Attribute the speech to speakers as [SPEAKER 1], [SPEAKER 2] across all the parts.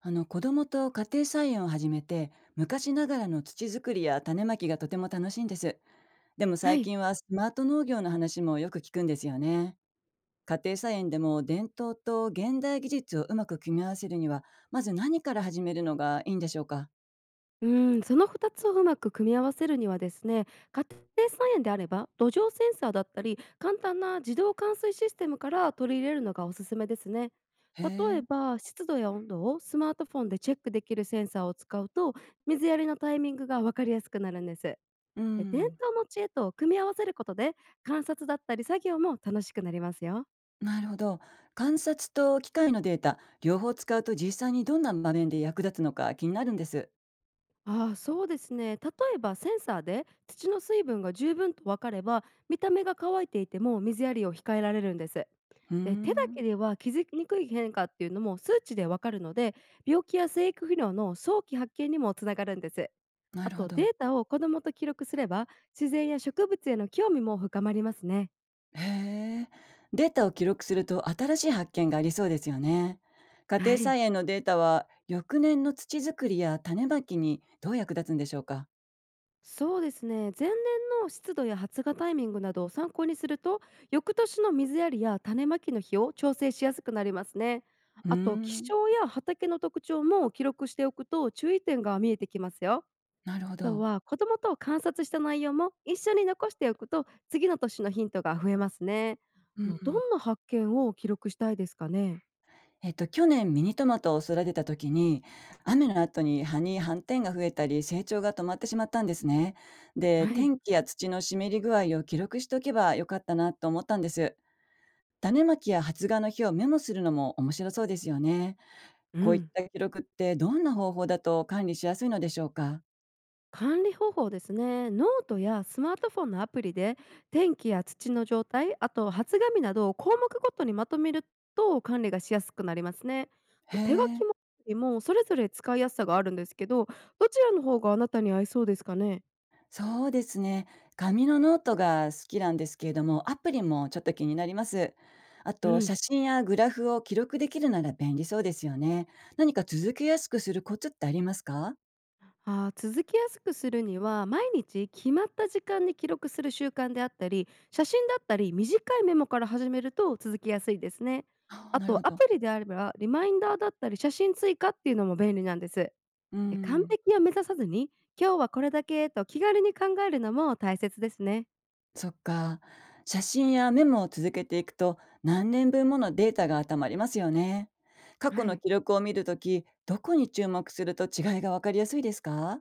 [SPEAKER 1] 子供と家庭菜園を始めて、昔ながらの土作りや種まきがとても楽しいんです。でも
[SPEAKER 2] は
[SPEAKER 1] 最
[SPEAKER 2] い。
[SPEAKER 1] 近はスマート農業の話もよく聞くんですよね。家庭菜園でも伝統と現代技術をうまく組み合わせるには、まず何から始めるのがいいんでしょうか？
[SPEAKER 2] その2つをうまく組み合わせるにはですね、家庭菜園であれば土壌センサーだったり、簡単な自動換水システムから取り入れるのがおすすめですね。
[SPEAKER 1] へ
[SPEAKER 2] 例え
[SPEAKER 1] え。
[SPEAKER 2] ば湿度や温度をスマートフォンでチェックできるセンサーを使うと、水やりのタイミングが分かりやすくなるんです。
[SPEAKER 1] う
[SPEAKER 2] で、伝
[SPEAKER 1] ん。
[SPEAKER 2] 統の知恵と組み合わせることで、観察だったり作業も楽しくなりますよ。
[SPEAKER 1] なるほど。観察と機械のデータ両方使うと、実際にどんな場面で役立つのか気になるんです。
[SPEAKER 2] そうですね。例えばセンサーで土の水分が十分と分かれば、見た目が乾いていても水やりを控えられるんです。
[SPEAKER 1] うー
[SPEAKER 2] で、手だ
[SPEAKER 1] ん。
[SPEAKER 2] けでは気づきにくい変化っていうのも数値で分かるので、病気や生育不良の早期発見にもつながるんです。
[SPEAKER 1] な
[SPEAKER 2] あ
[SPEAKER 1] るほ
[SPEAKER 2] と、デ
[SPEAKER 1] ど。
[SPEAKER 2] ータを子どもと記録すれば、自然や植物への興味も深まりますね。
[SPEAKER 1] へえ。データを記録すると新しい発見がありそうですよね。家
[SPEAKER 2] は
[SPEAKER 1] 庭
[SPEAKER 2] い。
[SPEAKER 1] 菜園のデータは翌年の土作りや種まきにどう役立つんでしょうか？
[SPEAKER 2] そうですね。前年の湿度や発芽タイミングなどを参考にすると、翌年の水やりや種まきの日を調整しやすくなりますね。
[SPEAKER 1] うー
[SPEAKER 2] あと、気
[SPEAKER 1] ん、
[SPEAKER 2] 象や畑の特徴も記録しておくと注意点が見えてきますよ。
[SPEAKER 1] なるほ
[SPEAKER 2] あと
[SPEAKER 1] ど。
[SPEAKER 2] は、子どもと観察した内容も一緒に残しておくと、次の年のヒントが増えますね。
[SPEAKER 1] う
[SPEAKER 2] ど
[SPEAKER 1] ん、
[SPEAKER 2] んな発見を記録したいですかね。
[SPEAKER 1] えっと、去年ミニトマトを育てた時に、雨の後に葉に斑点が増えたり成長が止まってしまったんですね。で、
[SPEAKER 2] はい。
[SPEAKER 1] 天気や土の湿り具合を記録しておけばよかったなと思ったんです。種まきや発芽の日をメモするのも面白そうですよね。
[SPEAKER 2] う
[SPEAKER 1] こういっ
[SPEAKER 2] ん。
[SPEAKER 1] た記録ってどんな方法だと管理しやすいのでしょうか？
[SPEAKER 2] 管理方法ですね。ノートやスマートフォンのアプリで天気や土の状態、あと発紙などを項目ごとにまとめると管理がしやすくなりますね。
[SPEAKER 1] へ
[SPEAKER 2] 手書
[SPEAKER 1] え、
[SPEAKER 2] きもアプリもそれぞれ使いやすさがあるんですけど、どちらの方があなたに合いそうですかね。
[SPEAKER 1] そうですね。紙のノートが好きなんですけれども、アプリもちょっと気になります。あ
[SPEAKER 2] う
[SPEAKER 1] と、
[SPEAKER 2] ん。
[SPEAKER 1] 写真やグラフを記録できるなら便利そうですよね。何か続けやすくするコツってありますか？
[SPEAKER 2] 続きやすくするには、毎日決まった時間に記録する習慣であったり、写真だったり短いメモから始めると続きやすいですね。
[SPEAKER 1] ああ、
[SPEAKER 2] あ
[SPEAKER 1] なるほ
[SPEAKER 2] と、ア
[SPEAKER 1] ど。
[SPEAKER 2] プリであればリマインダーだったり写真追加っていうのも便利なんです。
[SPEAKER 1] う
[SPEAKER 2] 完
[SPEAKER 1] ん。
[SPEAKER 2] 璧を目指さずに、今日はこれだけと気軽に考えるのも大切ですね。
[SPEAKER 1] そっか。写真やメモを続けていくと、何年分ものデータがたまりますよね。過去
[SPEAKER 2] は
[SPEAKER 1] の
[SPEAKER 2] い。
[SPEAKER 1] 記録を見るとき、どこに注目すると違いがわかりやすいですか？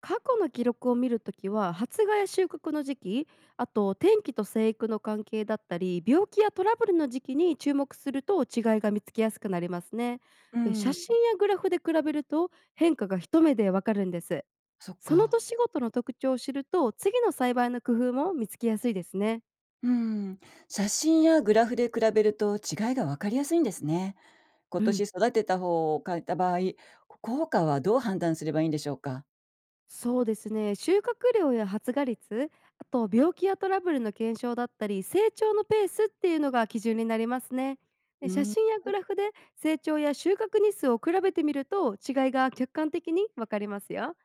[SPEAKER 2] 過去の記録を見るときは、発芽や収穫の時期、あと天気と生育の関係だったり、病気やトラブルの時期に注目すると違いが見つけやすくなりますね。
[SPEAKER 1] う
[SPEAKER 2] で、写
[SPEAKER 1] ん、
[SPEAKER 2] 真やグラフで比べると変化が一目でわかるんです。
[SPEAKER 1] そっ
[SPEAKER 2] その
[SPEAKER 1] か。
[SPEAKER 2] 年ごとの特徴を知ると、次の栽培の工夫も見つけやすいですね。
[SPEAKER 1] うん、写真やグラフで比べると違いが分かりやすいんですね。今
[SPEAKER 2] う
[SPEAKER 1] 年
[SPEAKER 2] ん。
[SPEAKER 1] 育てた方を変えた場合、効果はどう判断すればいいんでしょうか？
[SPEAKER 2] そうですね。収穫量や発芽率、あと病気やトラブルの検証だったり、成長のペースっていうのが基準になりますね。で、
[SPEAKER 1] う
[SPEAKER 2] 写
[SPEAKER 1] ん、
[SPEAKER 2] 真やグラフで成長や収穫日数を比べてみると違いが客観的にわかりますよ。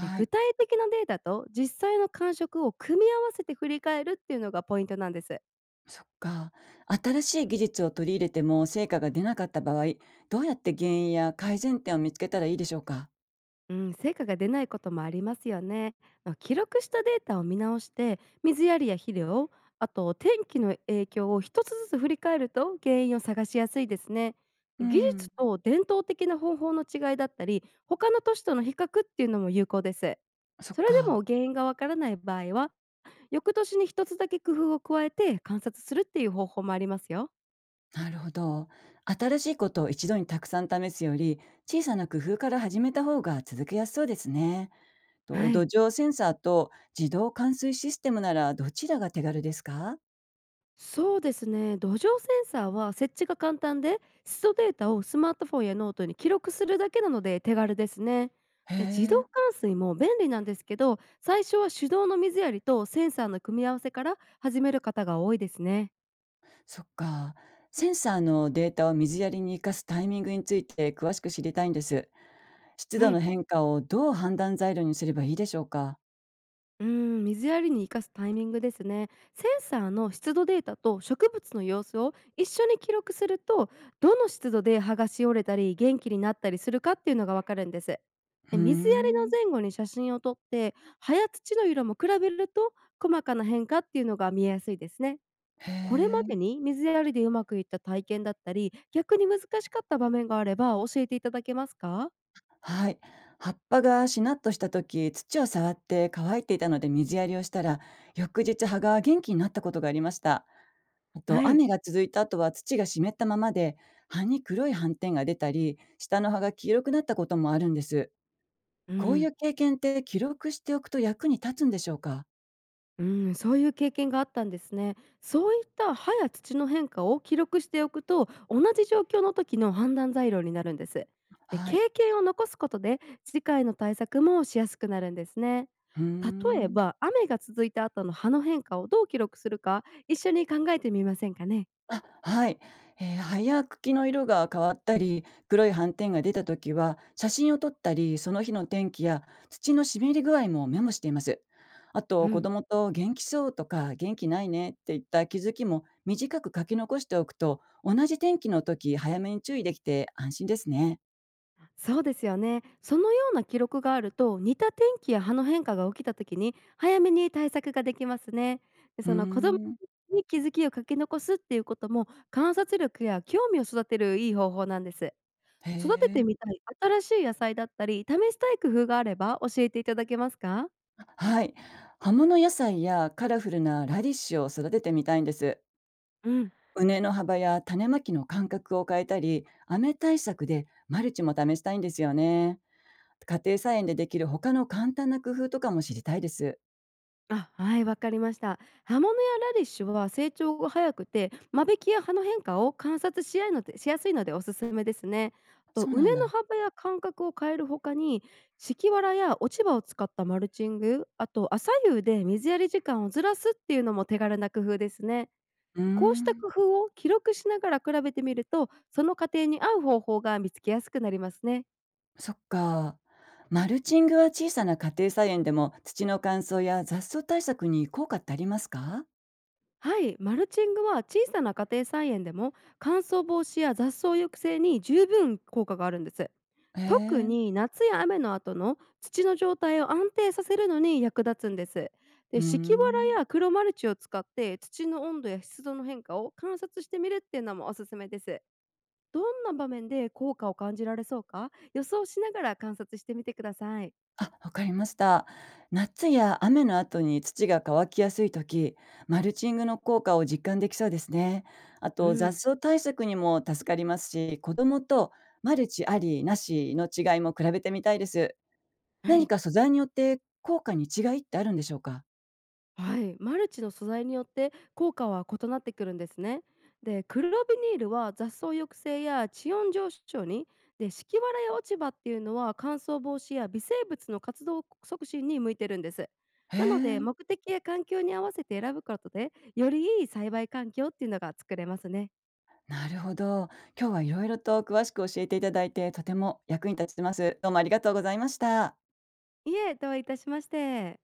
[SPEAKER 2] で、具
[SPEAKER 1] い、
[SPEAKER 2] 体的なデータと実際の感触を組み合わせて振り返るっていうのがポイントなんです。
[SPEAKER 1] そっか。新しい技術を取り入れても成果が出なかった場合、どうやって原因や改善点を見つけたらいいでしょうか？
[SPEAKER 2] うん、成果が出ないこともありますよね。まあ、記録したデータを見直して、水やりや肥料、あと天気の影響を一つずつ振り返ると原因を探しやすいですね。
[SPEAKER 1] う
[SPEAKER 2] 技
[SPEAKER 1] ん、
[SPEAKER 2] 術と伝統的な方法の違いだったり、他の都市との比較っていうのも有効です。
[SPEAKER 1] そっ
[SPEAKER 2] それで
[SPEAKER 1] か。
[SPEAKER 2] も原因がわからない場合は、翌年に一つだけ工夫を加えて観察するっていう方法もありますよ。
[SPEAKER 1] なるほど。新しいことを一度にたくさん試すより、小さな工夫から始めた方が続けやすそうですね。と、
[SPEAKER 2] は
[SPEAKER 1] 土
[SPEAKER 2] い。
[SPEAKER 1] 壌センサーと自動冠水システムならどちらが手軽ですか？
[SPEAKER 2] そうですね。土壌センサーは設置が簡単で、湿度データをスマートフォンやノートに記録するだけなので手軽ですね。
[SPEAKER 1] へ
[SPEAKER 2] で、自動
[SPEAKER 1] え、
[SPEAKER 2] 換水も便利なんですけど、最初は手動の水やりとセンサーの組み合わせから始める方が多いですね。
[SPEAKER 1] そっか。センサーのデータを水やりに生かすタイミングについて詳しく知りたいんです。湿
[SPEAKER 2] は
[SPEAKER 1] 度の
[SPEAKER 2] い。
[SPEAKER 1] 変化をどう判断材料にすればいいでしょうか？
[SPEAKER 2] 水やりに生かすタイミングですね。センサーの湿度データと植物の様子を一緒に記録すると、どの湿度で葉がしおれたり元気になったりするかっていうのがわかるんです。
[SPEAKER 1] うー
[SPEAKER 2] で、水やりの
[SPEAKER 1] ん。
[SPEAKER 2] 前後に写真を撮って、葉や土の色も比べると細かな変化っていうのが見えやすいですね。
[SPEAKER 1] へ
[SPEAKER 2] これま
[SPEAKER 1] え、
[SPEAKER 2] でに水やりでうまくいった体験だったり、逆に難しかった場面があれば教えていただけますか？
[SPEAKER 1] はい。葉っぱがしなっとした時、土を触って乾いていたので水やりをしたら、翌日葉が元気になったことがありました。あと、
[SPEAKER 2] はい。
[SPEAKER 1] 雨が続いた後は土が湿ったままで、葉に黒い斑点が出たり、下の葉が黄色くなったこともあるんです。
[SPEAKER 2] う
[SPEAKER 1] こうい
[SPEAKER 2] ん
[SPEAKER 1] う経験って記録しておくと役に立つんでしょうか？
[SPEAKER 2] うそういう経験があったんですね。そういった歯や土の変化を記録しておくと、同じ状況の時の判断材料になるんです。で、
[SPEAKER 1] はい。
[SPEAKER 2] 経験を残すことで、次回の対策もしやすくなるんですね。
[SPEAKER 1] うー
[SPEAKER 2] 例え
[SPEAKER 1] ん。
[SPEAKER 2] ば、雨が続いた後の歯の変化をどう記録するか、一緒に考えてみませんかね。
[SPEAKER 1] あ、はい。葉や茎の色が変わったり、黒い斑点が出た時は、写真を撮ったり、その日の天気や土の湿り具合もメモしています。あ
[SPEAKER 2] う
[SPEAKER 1] と、子
[SPEAKER 2] ん。
[SPEAKER 1] 供と元気そうとか元気ないねっていった気づきも短く書き残しておくと、同じ天気の時、早めに注意できて安心ですね。
[SPEAKER 2] そうですよね。そのような記録があると、似た天気や葉の変化が起きた時に早めに対策ができますね。で、
[SPEAKER 1] うー
[SPEAKER 2] その子供
[SPEAKER 1] ん。
[SPEAKER 2] に気づきを書き残すっていうことも、観察力や興味を育てるいい方法なんです。
[SPEAKER 1] へ
[SPEAKER 2] 育て
[SPEAKER 1] え。
[SPEAKER 2] てみたい新しい野菜だったり、試したい工夫があれば教えていただけますか。
[SPEAKER 1] はい。葉物野菜やカラフルなラディッシュを育ててみたいんです。
[SPEAKER 2] うん。
[SPEAKER 1] 畝の幅や種まきの間隔を変えたり、雨対策でマルチも試したいんですよね。家庭菜園でできる他の簡単な工夫とかも知りたいです。
[SPEAKER 2] あ、はい、わかりました。葉物やラディッシュは成長が早くて、間引きや葉の変化を観察しやいのでしやすいのでおすすめですね。あと、
[SPEAKER 1] そう
[SPEAKER 2] 畝
[SPEAKER 1] なん
[SPEAKER 2] の
[SPEAKER 1] だ。
[SPEAKER 2] 幅や間隔を変えるほかに、敷きわらや落ち葉を使ったマルチング、あと朝夕で水やり時間をずらすっていうのも手軽な工夫ですね。
[SPEAKER 1] うー
[SPEAKER 2] こうした
[SPEAKER 1] ん。
[SPEAKER 2] 工夫を記録しながら比べてみると、その過程に合う方法が見つけやすくなりますね。
[SPEAKER 1] そっか。マルチングは小さな家庭菜園でも土の乾燥や雑草対策に効果ってありますか？
[SPEAKER 2] はい、マルチングは小さな家庭菜園でも乾燥防止や雑草抑制に十分効果があるんです。
[SPEAKER 1] へ
[SPEAKER 2] 特
[SPEAKER 1] え。
[SPEAKER 2] に夏や雨の後の土の状態を安定させるのに役立つんです。
[SPEAKER 1] う
[SPEAKER 2] で、
[SPEAKER 1] ー
[SPEAKER 2] 敷き藁
[SPEAKER 1] ん。
[SPEAKER 2] や黒マルチを使って土の温度や湿度の変化を観察してみるっていうのもおすすめです。どんな場面で効果を感じられそうか予想しながら観察してみてください。
[SPEAKER 1] あ、わかりました。夏や雨の後に土が乾きやすい時、マルチングの効果を実感できそうですね。あ
[SPEAKER 2] う
[SPEAKER 1] と雑
[SPEAKER 2] ん。
[SPEAKER 1] 草対策にも助かりますし、子供とマルチありなしの違いも比べてみたいです。
[SPEAKER 2] は
[SPEAKER 1] 何
[SPEAKER 2] い。
[SPEAKER 1] か素材によって効果に違いってあるんでしょうか？
[SPEAKER 2] はい、マルチの素材によって効果は異なってくるんですね。で、黒ビニールは雑草抑制や地温上昇に、で、敷き藁や落ち葉っていうのは乾燥防止や微生物の活動促進に向いてるんです。
[SPEAKER 1] へ
[SPEAKER 2] なので、
[SPEAKER 1] え、
[SPEAKER 2] 目的や環境に合わせて選ぶことで、よりいい栽培環境っていうのが作れますね。
[SPEAKER 1] なるほど。今日はいろいろと詳しく教えていただいて、とても役に立ちます。どうもありがとうございました。
[SPEAKER 2] いえ、どういたしまして。